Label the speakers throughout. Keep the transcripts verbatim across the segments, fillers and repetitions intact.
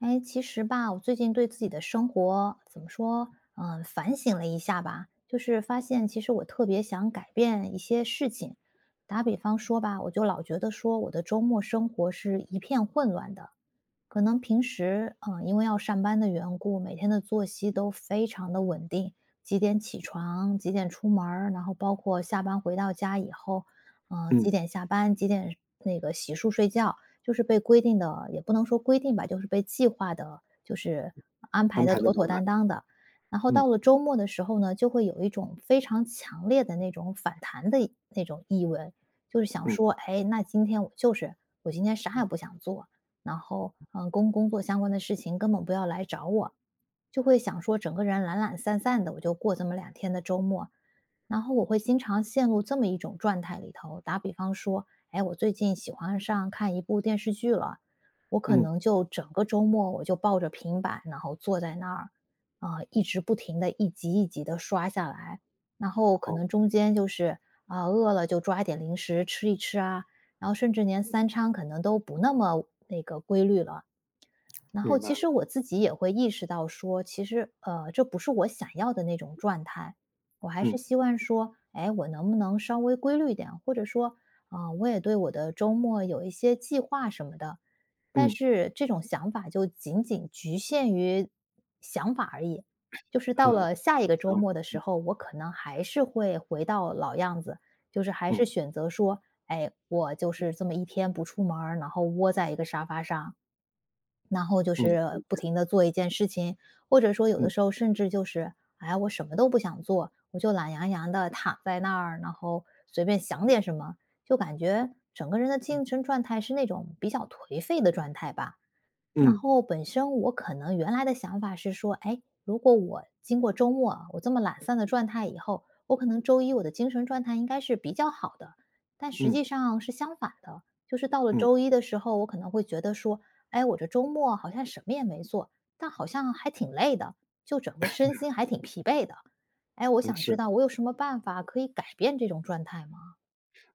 Speaker 1: 哎，其实吧，我最近对自己的生活怎么说，嗯，反省了一下吧，就是发现其实我特别想改变一些事情。打比方说吧，我就老觉得说我的周末生活是一片混乱的，可能平时，嗯，因为要上班的缘故，每天的作息都非常的稳定，几点起床，几点出门儿然后包括下班回到家以后，嗯，几
Speaker 2: 嗯，
Speaker 1: 点下班，几点那个洗漱睡觉。就是被规定的也不能说规定吧，就是被计划的，就是安排
Speaker 2: 安
Speaker 1: 的
Speaker 2: 排的
Speaker 1: 妥妥
Speaker 2: 满满
Speaker 1: 当
Speaker 2: 的。
Speaker 1: 当的。然后
Speaker 2: 嗯。
Speaker 1: 到了周末的时候呢，就会有一种非常强烈的那种反弹的那种意味，就是想
Speaker 2: 嗯。
Speaker 1: 说，哎，那今天我就是我今天啥也不想做，然后嗯，工工作相关的事情根本不要来找我，就会想说整个人懒懒散散的，我就过这么两天的周末，然后我会经常陷入这么一种状态里头。打比方说，哎，我最近喜欢上看一部电视剧了，我可
Speaker 2: 嗯。
Speaker 1: 能就整个周末我就抱着平板，然后坐在那儿，啊、一直不停的一集一集的刷下来，然后可
Speaker 2: 好。
Speaker 1: 能中间就是啊、饿了就抓一点零食吃一吃啊，然后甚至连三餐可能都不那么那个规律了。然后
Speaker 2: 明白
Speaker 1: 其
Speaker 2: 了。
Speaker 1: 实我自己也会意识到说，其实，呃，这不是我想要的那种状态。我还是
Speaker 2: 嗯。
Speaker 1: 希望说，哎，我能不能稍微规律一点，或者说，啊、我也对我的周末有一些计划什么的。但
Speaker 2: 嗯。
Speaker 1: 是这种想法就仅仅局限于想法而已。就是到
Speaker 2: 哈哈。
Speaker 1: 了下一个周
Speaker 2: 行。
Speaker 1: 末的时
Speaker 2: 嗯。
Speaker 1: 候，我可能还是会回到老样子，就是还
Speaker 2: 嗯。
Speaker 1: 是选择说，哎，我就是这么一天不出门儿然后窝在一个沙发上，然后就
Speaker 2: 嗯。理
Speaker 1: 是不
Speaker 2: 解，
Speaker 1: 停地做一件事情，或者说有的
Speaker 2: 嗯。
Speaker 1: 时候甚至就是，哎，我什么都不想做，我就懒洋洋的躺在那儿，然后随便想点什么，就感觉整个人的精神状态是那种比较颓废的状态吧。然
Speaker 2: 嗯。
Speaker 1: 后本身我可能原来的想法是说，哎，如果我经过周末啊，我这么懒散的状态以后，我可能周一我的精神状态应该是比较好的，但实
Speaker 2: 嗯。
Speaker 1: 际上是相反的，就是到了
Speaker 2: 嗯。
Speaker 1: 周一的时候，我可能会觉得说，哎，我这周末好像什么也没做，但好像还挺累的，就整个身心还挺疲惫的。哎，我
Speaker 2: 嗯，
Speaker 1: 想知
Speaker 2: 是。
Speaker 1: 道我有什么办法可以改变这种状态吗？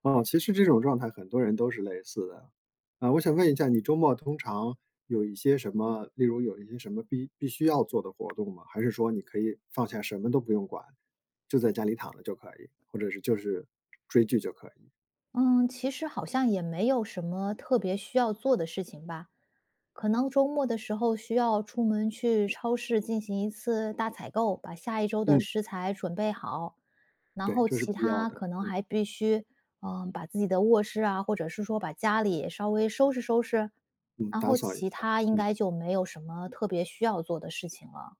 Speaker 2: 啊，其实这种状态很多人都是类似的。啊，我想问一下，你周末通常有一些什么例如有一些什么必必须要做的活动吗？还是说你可以放下什么都不用管，就在家里躺着就可以，或者是就是追剧就可以？
Speaker 1: 嗯，其实好像也没有什么特别需要做的事情吧，可能周末的时候需要出门去超市进行一次大采购，把下一周的
Speaker 2: 嗯，
Speaker 1: 食材准备好，然
Speaker 2: 对，
Speaker 1: 后
Speaker 2: 这是
Speaker 1: 其
Speaker 2: 必要
Speaker 1: 他
Speaker 2: 的。
Speaker 1: 可能
Speaker 2: 嗯。
Speaker 1: 还必须，嗯，把自己的卧室啊，或者是说把家里稍微收拾收拾，
Speaker 2: 嗯，
Speaker 1: 然
Speaker 2: 打
Speaker 1: 后
Speaker 2: 扫一
Speaker 1: 其
Speaker 2: 下。
Speaker 1: 他应
Speaker 2: 嗯。
Speaker 1: 该就没有什么特别需要做的事情了。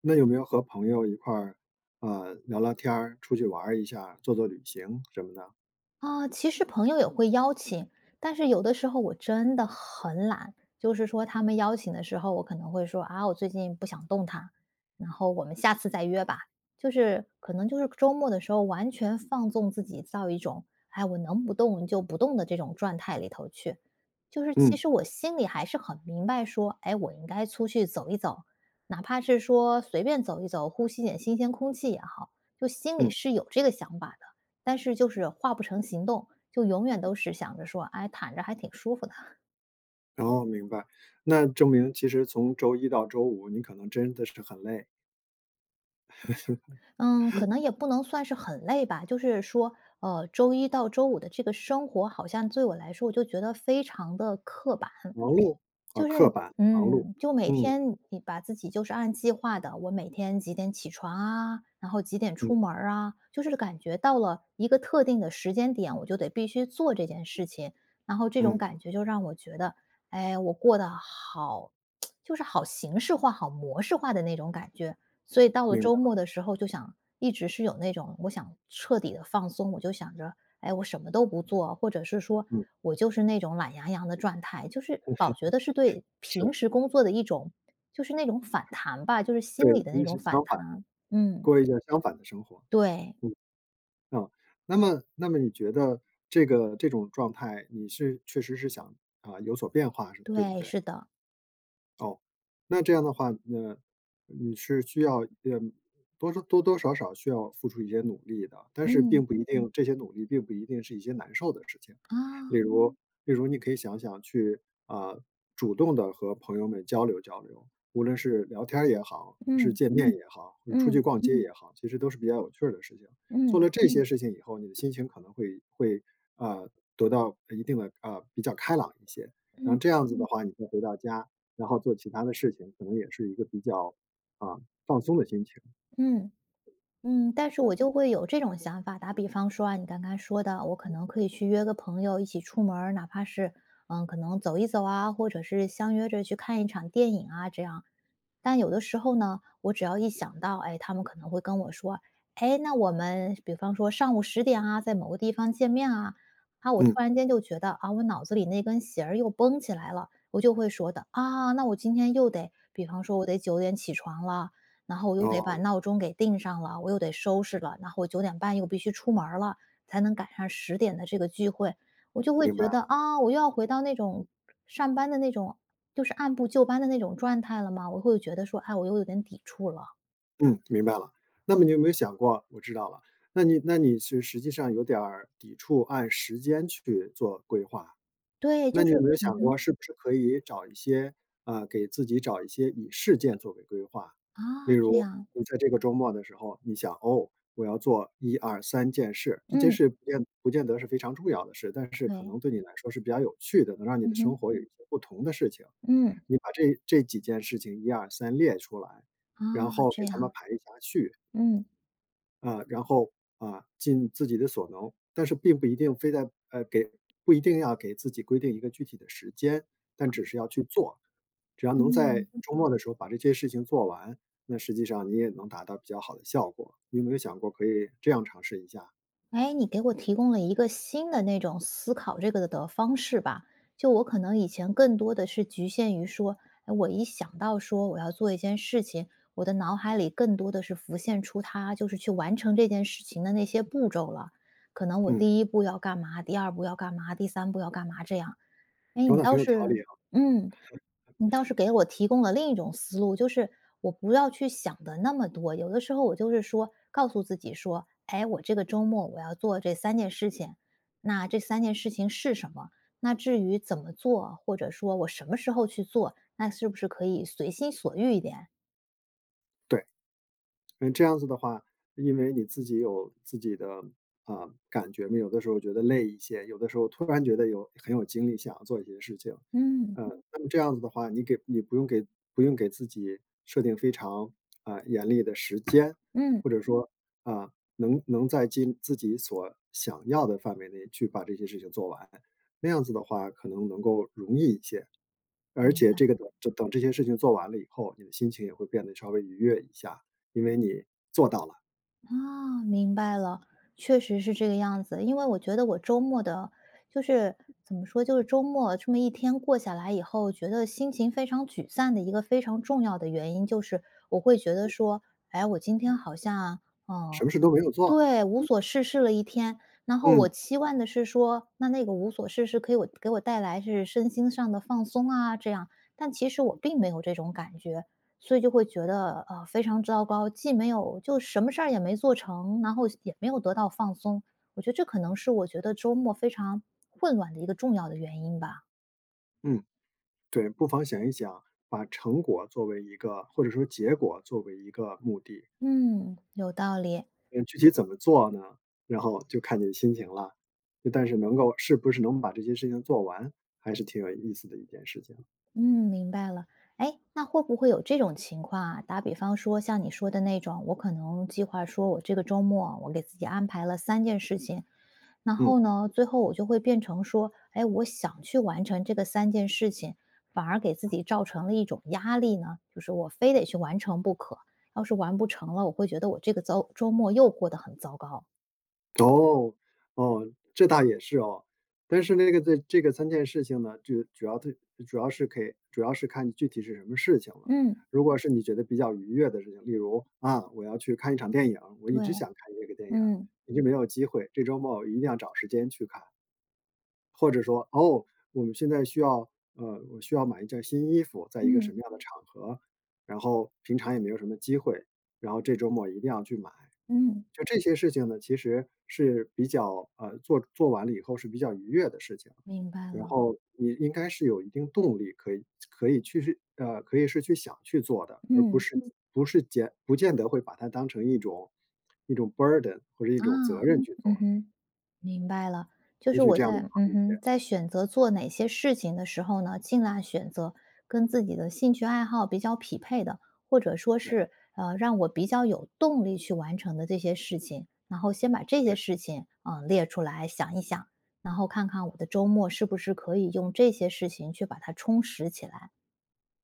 Speaker 2: 那有没有和朋友一块儿，呃，聊聊天儿，出去玩儿一下，做做旅行什么的？
Speaker 1: 啊，其实朋友也会邀请，但是有的时候我真的很懒，就是说他们邀请的时候，我可能会说啊，我最近不想动弹，然后我们下次再约吧。就是可能就是周末的时候，完全放纵自己到一种哎，我能不动就不动的这种状态里头去。就是其
Speaker 2: 嗯
Speaker 1: 实我心里还是很明白说，哎，我应该出去走一走，哪怕是说随便走一走，呼吸点新鲜空气也好，就心里
Speaker 2: 嗯。
Speaker 1: 是有这个想法的。但是就是化不成行动，就永远都是想着说，哎，躺着还挺舒服的。
Speaker 2: 哦，明白。那证明其实从周一到周五，你可能真的是很累，
Speaker 1: 嗯，可能也不能算是很累吧，就是说，呃，周一到周五的这个生活，好像对我来说，我就觉得非常的刻板，
Speaker 2: 忙碌。啊，
Speaker 1: 就是，
Speaker 2: 刻板忙碌。
Speaker 1: 嗯，就每
Speaker 2: 嗯。
Speaker 1: 天你把自己就是按计划的，我每天几点起床啊，然后几点
Speaker 2: 嗯。
Speaker 1: 出门儿啊，就是感觉到了一个特定的时间点，我就得必须做这件事情。然后这种
Speaker 2: 嗯，
Speaker 1: 感觉就让我觉得，哎，我过得好，就是好形式化、好模式化的那种感觉。所以到了
Speaker 2: 明
Speaker 1: 周
Speaker 2: 白。
Speaker 1: 末的时候，就想一直是有那种我想彻底的放松，我就想着，哎，我什么都不做，或者是说
Speaker 2: 嗯，
Speaker 1: 我就是那种懒洋洋的状态，就是老觉得是对平
Speaker 2: 是，
Speaker 1: 时工作的一种就是那种反弹吧，就是心里
Speaker 2: 对，
Speaker 1: 的那
Speaker 2: 你
Speaker 1: 种
Speaker 2: 是
Speaker 1: 反
Speaker 2: 相反的，
Speaker 1: 弹。嗯，
Speaker 2: 过一下相反的生活。
Speaker 1: 对，
Speaker 2: 嗯。啊，那么那么你觉得这个这种状态，你是确实是想啊、有所变化，是对不
Speaker 1: 对，
Speaker 2: 对？
Speaker 1: 是的，
Speaker 2: 哦，那这样的话，呃，你是需要，呃，多少多多少少需要付出一些努力的，但是并
Speaker 1: 嗯，
Speaker 2: 不一定，嗯这些努力并不一定是一些难受的事情。
Speaker 1: 啊，
Speaker 2: 例如嗯例如你可以想想去，啊，主动的和朋友们交流交流，无论是聊天儿也好，是见面嗯也好，或者出
Speaker 1: 嗯，
Speaker 2: 去逛街嗯也好，其实都是比较有趣儿的事情。
Speaker 1: 嗯，
Speaker 2: 做
Speaker 1: 嗯，
Speaker 2: 了这些嗯事情以后，你的心情可能会会，呃，得到一定的，呃，比较开朗一些。然
Speaker 1: 嗯，
Speaker 2: 后这样子的嗯话，你再回到家然后做其他的事情，可能也是一个比较，啊，放松的心情。
Speaker 1: 嗯嗯。嗯，但是我就会有这种想法，打比方说啊，你刚刚说的，我可能可以去约个朋友一起出门儿哪怕是嗯，可能走一走啊，或者是相约着去看一场电影啊，这样。但有的时候呢，我只要一想到，哎，他们可能会跟我说，哎，那我们比方说上午十点啊，在某个地方见面啊，啊，我突
Speaker 2: 嗯。
Speaker 1: 然间就觉得啊，我脑子里那根弦儿又绷起来了，我就会说的啊，那我今天又得，比方说我得九点起床了。然后我又得把
Speaker 2: 哦，
Speaker 1: 闹钟给定上了，我又得收拾了，然后我九点半又必须出门儿了，才能赶上十点的这个聚会。我就会
Speaker 2: 明白
Speaker 1: 觉
Speaker 2: 了。
Speaker 1: 得，啊，我又要回到那种上班的那种就是按部就班的那种状态了嘛。我会觉得说，哎，我又有点抵触了。
Speaker 2: 嗯，明白了。那么你有没有想过，我知道了，那你那你是实际上有点儿抵触按时间去做规划。
Speaker 1: 对，
Speaker 2: 那
Speaker 1: 就
Speaker 2: 你
Speaker 1: 是
Speaker 2: 有没有
Speaker 1: 嗯
Speaker 2: 想过，
Speaker 1: 哼，
Speaker 2: 是不是可以找一些啊，呃给自己找一些以事件作为规划？例
Speaker 1: 啊，这
Speaker 2: 如，
Speaker 1: 样，
Speaker 2: 你在这个周末的时候，你想，哦，我要做一二三件事，这件
Speaker 1: 嗯，
Speaker 2: 事不见不见得是非常重要的事，但是可
Speaker 1: 对，
Speaker 2: 能对你来说是比较有趣的，能让你
Speaker 1: 嗯
Speaker 2: 的生
Speaker 1: 哼，
Speaker 2: 活有一些不同的事情。
Speaker 1: 嗯，
Speaker 2: 你把这这几件事情一二三列出来，
Speaker 1: 啊，
Speaker 2: 然后
Speaker 1: 这
Speaker 2: 给他们
Speaker 1: 样，
Speaker 2: 排一下序。
Speaker 1: 嗯，
Speaker 2: 啊，然后，啊，尽自己的所能，但是并不一定非在呃，给不一定要给自己规定一个具体的时间，但只是要去做。只要能
Speaker 1: 嗯。
Speaker 2: 在周末的时候把这些事情做完，那实际上你也能达到比较好的效果。你有没有想过可以这样尝试一下？
Speaker 1: 哎，你给我提供了一个新的那种思考这个的方式吧。就我可能以前更多的是局限于说，哎，我一想到说我要做一件事情，我的脑海里更多的是浮现出它就是去完成这件事情的那些步骤了。可能我
Speaker 2: 嗯，
Speaker 1: 第一步要干嘛，第二步要干嘛，第三步要干嘛这样。哎，
Speaker 2: 说
Speaker 1: 你
Speaker 2: 的
Speaker 1: 倒
Speaker 2: 很有条
Speaker 1: 是
Speaker 2: 理啊。
Speaker 1: 嗯。你倒是给我提供了另一种思路，就是我不要去想的那么多。有的时候我就是说，告诉自己说，哎，我这个周末我要做这三件事情，那这三件事情是什么？那至于怎么做，或者说我什么时候去做，那是不是可以随心所欲一点？
Speaker 2: 对。嗯，这样子的话，因为你自己有自己的啊、感觉嘛，有的时候觉得累一些，有的时候突然觉得有很有精力想要做一些事情。
Speaker 1: 嗯
Speaker 2: 呃，那么这样子的话，你给你不用给不用给自己设定非常啊、严厉的时间，
Speaker 1: 嗯，
Speaker 2: 或者说啊、能能在尽自己所想要的范围内去把这些事情做完，那样子的话可能能够容易一些，而
Speaker 1: 明
Speaker 2: 且
Speaker 1: 白。
Speaker 2: 这个等这等这些事情做完了以后，你的心情也会变得稍微愉悦一下。因为你做到了。
Speaker 1: 啊，明白了，确实是这个样子。因为我觉得我周末的，就是怎么说，就是周末这么一天过下来以后，觉得心情非常沮丧的一个非常重要的原因，就是我会觉得说，哎，我今天好像，嗯，
Speaker 2: 什么事都没有做。
Speaker 1: 对，无所事事了一天，然后我
Speaker 2: 嗯。
Speaker 1: 期望的是说，那那个无所事事可以我给我带来是身心上的放松啊，这样，但其实我并没有这种感觉，所以就会觉得呃非常糟糕，既没有就什么事儿也没做成，然后也没有得到放松，我觉得这可能是我觉得周末非常混乱的一个重要的原因吧。
Speaker 2: 嗯，对，不妨想一想，把成果作为一个或者说结果作为一个目的。
Speaker 1: 嗯，有道理。
Speaker 2: 嗯，具体怎么做呢？然后就看你的心情了。但是能够是不是能把这些事情做完，还是挺有意思的一件事情。
Speaker 1: 嗯，明白了。哎，那会不会有这种情况啊？打比方说，像你说的那种，我可能计划说，我这个周末我给自己安排了三件事情，然
Speaker 2: 嗯。
Speaker 1: 后呢，最后我就会变成说，哎，我想去完成这个三件事情，反而给自己造成了一种压力呢，就是我非得去完成不可。要是完不成了，我会觉得我这个周周末又过得很糟糕。
Speaker 2: 哦。哦，浙大也是哦。但是那个这这个三件事情呢，就主要对主要是可以主要是看具体是什么事情了。
Speaker 1: 嗯，
Speaker 2: 如果是你觉得比较愉悦的事情，例如啊，我要去看一场电影，我一直
Speaker 1: 对，
Speaker 2: 想看这个电影，
Speaker 1: 嗯
Speaker 2: 一直没有机会，这周末我一定要找时间去看。或者说，哦，我们现在需要呃，我需要买一件新衣服，在一个什
Speaker 1: 嗯
Speaker 2: 么样的场合，然后平常也没有什么机会，然后这周末一定要去买。
Speaker 1: 嗯，
Speaker 2: 就这些事情呢，其实是比较，呃，做做完了以后是比较愉悦的事情，
Speaker 1: 明白
Speaker 2: 然
Speaker 1: 了。
Speaker 2: 后你应该是有一定动力可以可以去是呃，可以是去想去做的，而不
Speaker 1: 嗯
Speaker 2: 是嗯不是见不见得会把它当成一种一种 burden 或者一
Speaker 1: 啊，
Speaker 2: 种责任嗯去
Speaker 1: 嗯
Speaker 2: 做。
Speaker 1: 哼。明白了，就
Speaker 2: 也
Speaker 1: 是
Speaker 2: 许
Speaker 1: 我
Speaker 2: 这样会嗯。
Speaker 1: 在
Speaker 2: 好
Speaker 1: 嗯
Speaker 2: 一
Speaker 1: 哼，
Speaker 2: 些。
Speaker 1: 在选择做哪些事情的时候呢，尽量选择跟自己的兴趣爱好比较匹配的，或者说
Speaker 2: 对，
Speaker 1: 是呃让我比较有动力去完成的这些事情，然后先把这些
Speaker 2: 对，
Speaker 1: 事情嗯、呃列出来想一想，然后看看我的周末是不是可以用这些事情去把它充实起来。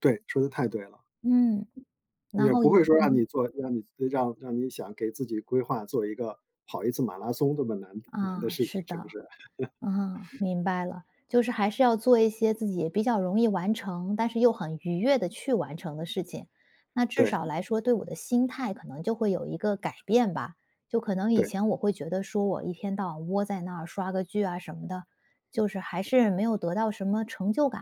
Speaker 2: 对，说的太对了。
Speaker 1: 嗯，然
Speaker 2: 也
Speaker 1: 后
Speaker 2: 不
Speaker 1: 也
Speaker 2: 会说嗯让
Speaker 1: 嗯
Speaker 2: 你做让你让让你想给自己规划做一个跑一次马拉松这么难难的
Speaker 1: 啊，
Speaker 2: 事情，
Speaker 1: 是
Speaker 2: 是不
Speaker 1: 的，
Speaker 2: 是？
Speaker 1: 嗯，明白了，就是还是要做一些自己比较容易完成，但是又很愉悦的去完成的事情。那至
Speaker 2: 对，
Speaker 1: 少来说，对我的心态可能就会有一个改变吧。就可能以
Speaker 2: 对。
Speaker 1: 前我会觉得说我一天到晚窝在那儿刷个剧啊什么的，就是还是没有得到什么成就感，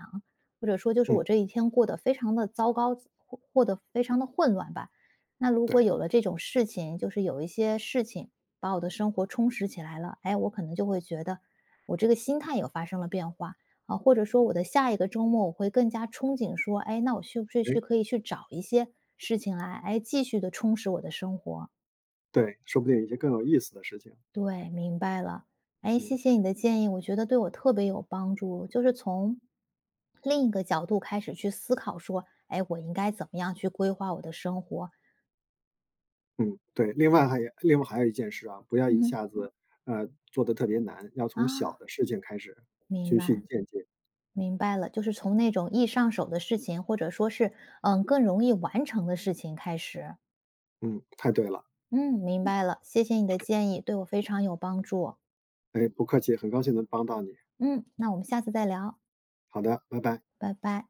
Speaker 1: 或者说就是
Speaker 2: 嗯。
Speaker 1: 我这一天过得非常的糟糕，或或得非常的混乱吧。那如果
Speaker 2: 对。
Speaker 1: 有了这种事情，就是有一些事情把我的生活充实起来了，哎，我可能就会觉得。我这个心态也发生了变化啊，或者说我的下一个周末我会更加憧憬说，哎，那我是不是去
Speaker 2: 哎。
Speaker 1: 可以去找一些事情来，哎，继续的充实我的生活？
Speaker 2: 对，说不定有一些更有意思的事情。
Speaker 1: 对，明白了。哎，
Speaker 2: 嗯。
Speaker 1: 谢谢你的建议，我觉得对我特别有帮助，就是从另一个角度开始去思考，说，哎，我应该怎么样去规划我的生活？
Speaker 2: 嗯，对。另外还有另外还有一件事啊，不要
Speaker 1: 嗯
Speaker 2: 一下
Speaker 1: 哼，
Speaker 2: 嗯子，呃，做的特别难，要从小
Speaker 1: 啊，
Speaker 2: 的事情开始，
Speaker 1: 明
Speaker 2: 循序
Speaker 1: 白，
Speaker 2: 渐进。
Speaker 1: 明白了，就是从那种易上手的事情，或者说是嗯更容易完成的事情开始。
Speaker 2: 嗯，太对了。
Speaker 1: 嗯，明白了，谢谢你的建议，对我非常有帮助。
Speaker 2: 哎，不客气，很高兴能帮到你。
Speaker 1: 嗯，那我们下次再聊，
Speaker 2: 好的，拜拜。
Speaker 1: 拜拜。